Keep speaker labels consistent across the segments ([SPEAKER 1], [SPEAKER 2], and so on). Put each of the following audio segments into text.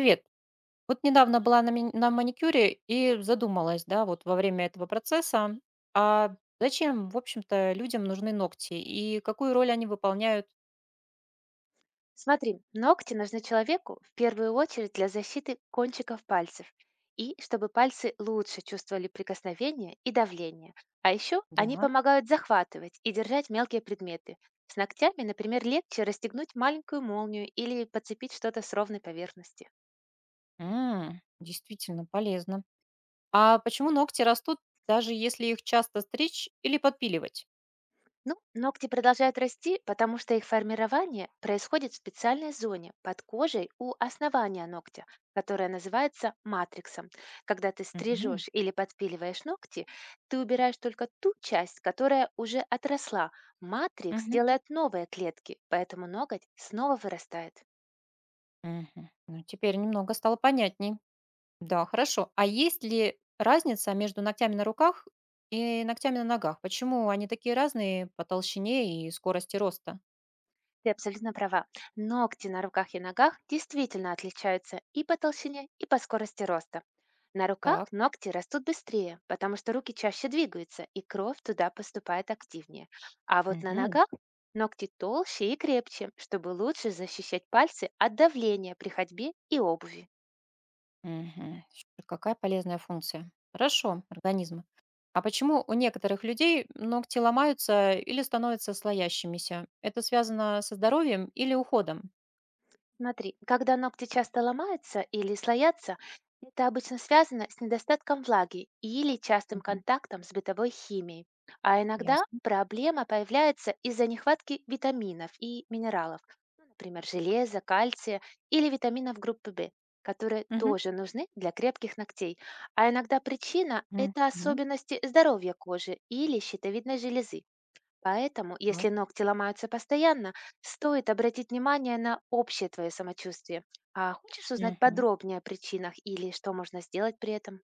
[SPEAKER 1] Привет. Вот недавно была на, на маникюре и задумалась, да, вот во время этого процесса, а зачем, в общем-то, людям нужны ногти и какую роль они выполняют?
[SPEAKER 2] Смотри, ногти нужны человеку в первую очередь для защиты кончиков пальцев и чтобы пальцы лучше чувствовали прикосновение и давление. А еще они
[SPEAKER 1] Да.
[SPEAKER 2] помогают захватывать и держать мелкие предметы. С ногтями, например, легче расстегнуть маленькую молнию или подцепить что-то с ровной поверхности.
[SPEAKER 1] М, действительно полезно. А почему ногти растут, даже если их часто стричь или подпиливать?
[SPEAKER 2] Ну, ногти продолжают расти, потому что их формирование происходит в специальной зоне под кожей у основания ногтя, которая называется матриксом. Когда ты
[SPEAKER 1] Мгм.
[SPEAKER 2] стрижешь или подпиливаешь ногти, ты убираешь только ту часть, которая уже отросла. Матрикс
[SPEAKER 1] Мгм.
[SPEAKER 2] делает новые клетки, поэтому ноготь снова вырастает.
[SPEAKER 1] Мгм. Ну, теперь немного стало понятней. Да, хорошо. А есть ли разница между ногтями на руках и ногтями на ногах? Почему они такие разные по толщине и скорости роста?
[SPEAKER 2] Ты абсолютно права. Ногти на руках и ногах действительно отличаются и по толщине, и по скорости роста. На руках
[SPEAKER 1] Так.
[SPEAKER 2] ногти растут быстрее, потому что руки чаще двигаются, и кровь туда поступает активнее. А вот на
[SPEAKER 1] Мгм.
[SPEAKER 2] ногах ногти толще и крепче, чтобы лучше защищать пальцы от давления при ходьбе и обуви.
[SPEAKER 1] Мгм. Супер, какая полезная функция. Хорошо, организма. А почему у некоторых людей ногти ломаются или становятся слоящимися? Это связано со здоровьем или уходом?
[SPEAKER 2] Смотри, когда ногти часто ломаются или слоятся, это обычно связано с недостатком влаги или частым
[SPEAKER 1] Мгм.
[SPEAKER 2] контактом с бытовой химией. А иногда
[SPEAKER 1] Ясно.
[SPEAKER 2] проблема появляется из-за нехватки витаминов и минералов, ну, например, железа, кальция или витаминов группы В, которые
[SPEAKER 1] Мгм.
[SPEAKER 2] тоже нужны для крепких ногтей. А иногда причина — это
[SPEAKER 1] Мгм.
[SPEAKER 2] особенности здоровья кожи или щитовидной железы. Поэтому,
[SPEAKER 1] Так.
[SPEAKER 2] если ногти ломаются постоянно, стоит обратить внимание на общее твое самочувствие. А хочешь узнать
[SPEAKER 1] Мгм.
[SPEAKER 2] подробнее о причинах или что можно сделать при этом?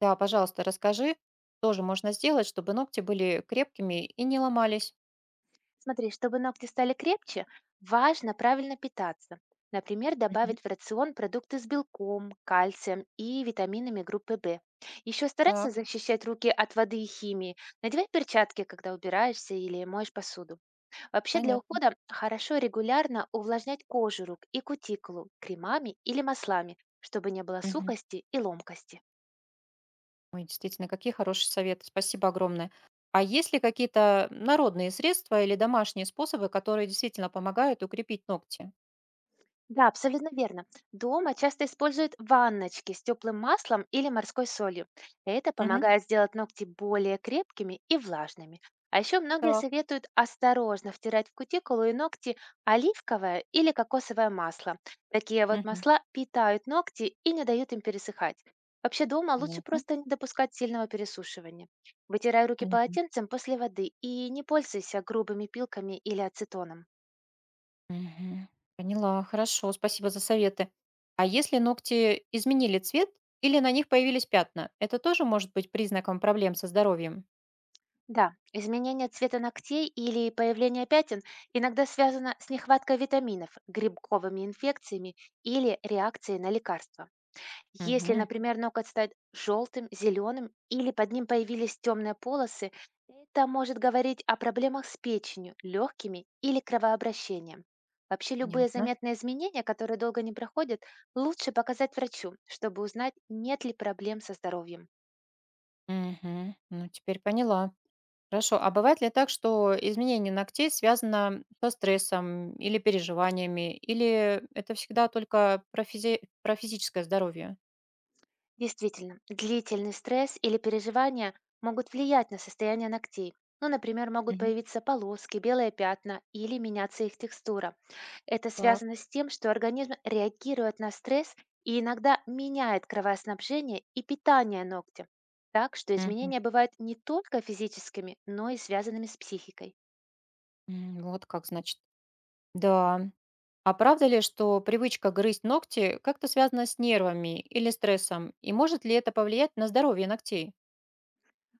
[SPEAKER 1] Да, пожалуйста, расскажи, что же можно сделать, чтобы ногти были крепкими и не ломались?
[SPEAKER 2] Смотри, чтобы ногти стали крепче, важно правильно питаться. Например,
[SPEAKER 1] Мгм.
[SPEAKER 2] добавить в рацион продукты с белком, кальцием и витаминами группы В. Еще старайся
[SPEAKER 1] Так,
[SPEAKER 2] защищать руки от воды и химии. Надевай перчатки, когда убираешься или моешь посуду. Вообще для
[SPEAKER 1] понятно.
[SPEAKER 2] ухода хорошо регулярно увлажнять кожу рук и кутикулу кремами или маслами, чтобы не было
[SPEAKER 1] Мгм.
[SPEAKER 2] сухости и ломкости.
[SPEAKER 1] Ой, действительно, какие хорошие советы. Спасибо огромное. А есть ли какие-то народные средства или домашние способы, которые действительно помогают укрепить ногти?
[SPEAKER 2] Да, абсолютно верно. Дома часто используют ванночки с теплым маслом или морской солью. Это
[SPEAKER 1] Мгм.
[SPEAKER 2] помогает сделать ногти более крепкими и влажными. А еще многие
[SPEAKER 1] Так.
[SPEAKER 2] советуют осторожно втирать в кутикулу и ногти оливковое или кокосовое масло. Такие вот
[SPEAKER 1] Мгм.
[SPEAKER 2] масла питают ногти и не дают им пересыхать. Вообще дома лучше
[SPEAKER 1] Понятно.
[SPEAKER 2] просто не допускать сильного пересушивания. Вытирай руки
[SPEAKER 1] Мгм.
[SPEAKER 2] полотенцем после воды и не пользуйся грубыми пилками или ацетоном.
[SPEAKER 1] Мгм. Поняла. Хорошо, спасибо за советы. А если ногти изменили цвет или на них появились пятна, это тоже может быть признаком проблем со здоровьем?
[SPEAKER 2] Да, изменение цвета ногтей или появление пятен иногда связано с нехваткой витаминов, грибковыми инфекциями или реакцией на лекарства. Если,
[SPEAKER 1] Мгм.
[SPEAKER 2] например, ноготь стал желтым, зеленым или под ним появились темные полосы, это может говорить о проблемах с печенью, легкими или кровообращением. Вообще любые
[SPEAKER 1] Понятно.
[SPEAKER 2] заметные изменения, которые долго не проходят, лучше показать врачу, чтобы узнать, нет ли проблем со здоровьем.
[SPEAKER 1] Мгм. Ну, теперь поняла. Хорошо. А бывает ли так, что изменение ногтей связано со стрессом или переживаниями, или это всегда только про, про физическое здоровье?
[SPEAKER 2] Действительно, длительный стресс или переживания могут влиять на состояние ногтей. Ну, например, могут
[SPEAKER 1] Мгм.
[SPEAKER 2] появиться полоски, белые пятна или меняться их текстура. Это
[SPEAKER 1] Так.
[SPEAKER 2] связано с тем, что организм реагирует на стресс и иногда меняет кровоснабжение и питание ногтя. Так что
[SPEAKER 1] Мгм.
[SPEAKER 2] изменения бывают не только физическими, но и связанными с психикой.
[SPEAKER 1] М, вот как значит. Да. А правда ли, что привычка грызть ногти как-то связана с нервами или стрессом? И может ли это повлиять на здоровье ногтей?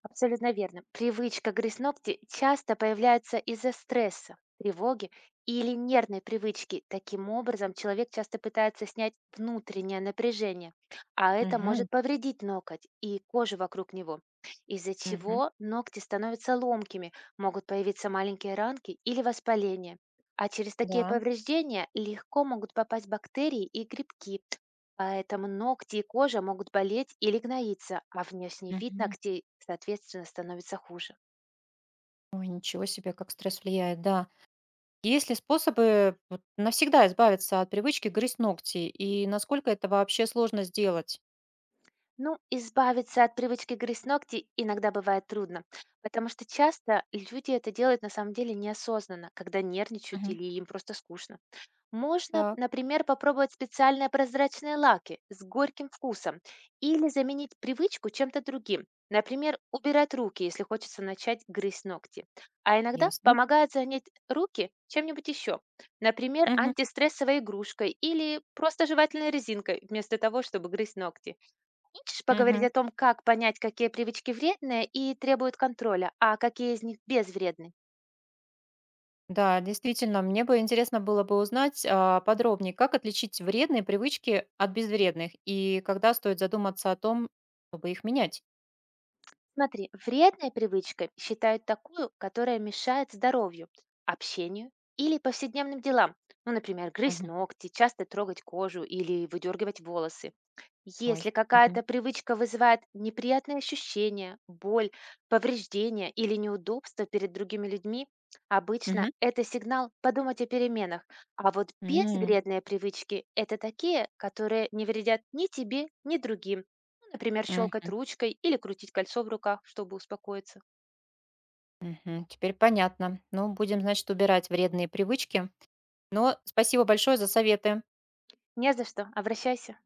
[SPEAKER 2] Абсолютно верно. Привычка грызть ногти часто появляется из-за стресса, тревоги или нервной привычки. Таким образом, человек часто пытается снять внутреннее напряжение, а это
[SPEAKER 1] Мгм.
[SPEAKER 2] может повредить ноготь и кожу вокруг него, из-за
[SPEAKER 1] Мгм.
[SPEAKER 2] чего ногти становятся ломкими, могут появиться маленькие ранки или воспаления. А через такие
[SPEAKER 1] Да.
[SPEAKER 2] повреждения легко могут попасть бактерии и грибки. Поэтому ногти и кожа могут болеть или гноиться, а внешний вид
[SPEAKER 1] Мгм.
[SPEAKER 2] ногтей, соответственно, становится хуже.
[SPEAKER 1] Ой, ничего себе, как стресс влияет, да. Есть ли способы вот навсегда избавиться от привычки грызть ногти? И насколько это вообще сложно сделать?
[SPEAKER 2] Ну, избавиться от привычки грызть ногти иногда бывает трудно, потому что часто люди это делают на самом деле неосознанно, когда нервничают
[SPEAKER 1] Мгм.
[SPEAKER 2] или им просто скучно. Можно,
[SPEAKER 1] Так,
[SPEAKER 2] например, попробовать специальные прозрачные лаки с горьким вкусом или заменить привычку чем-то другим. Например, убирать руки, если хочется начать грызть ногти. А иногда
[SPEAKER 1] ясно.
[SPEAKER 2] помогает занять руки чем-нибудь еще. Например,
[SPEAKER 1] Мгм.
[SPEAKER 2] антистрессовой игрушкой или просто жевательной резинкой вместо того, чтобы грызть ногти. Хочешь поговорить
[SPEAKER 1] Мгм.
[SPEAKER 2] о том, как понять, какие привычки вредные и требуют контроля, а какие из них безвредны?
[SPEAKER 1] Да, действительно, мне бы интересно было бы узнать а, подробнее, как отличить вредные привычки от безвредных и когда стоит задуматься о том, чтобы их менять.
[SPEAKER 2] Смотри, вредной привычкой считают такую, которая мешает здоровью, общению или повседневным делам. Ну, например, грызть
[SPEAKER 1] Мгм.
[SPEAKER 2] ногти, часто трогать кожу или выдергивать волосы. Если
[SPEAKER 1] Ой. Мгм.
[SPEAKER 2] какая-то привычка вызывает неприятные ощущения, боль, повреждения или неудобства перед другими людьми, обычно
[SPEAKER 1] Мгм.
[SPEAKER 2] это сигнал подумать о переменах. А вот
[SPEAKER 1] М,
[SPEAKER 2] безвредные привычки — это такие, которые не вредят ни тебе, ни другим. Например, щелкать
[SPEAKER 1] мгм,
[SPEAKER 2] ручкой или крутить кольцо в руках, чтобы успокоиться.
[SPEAKER 1] мгм. Теперь понятно. Ну, будем, значит, убирать вредные привычки. Но спасибо большое за советы.
[SPEAKER 2] Не за что, обращайся.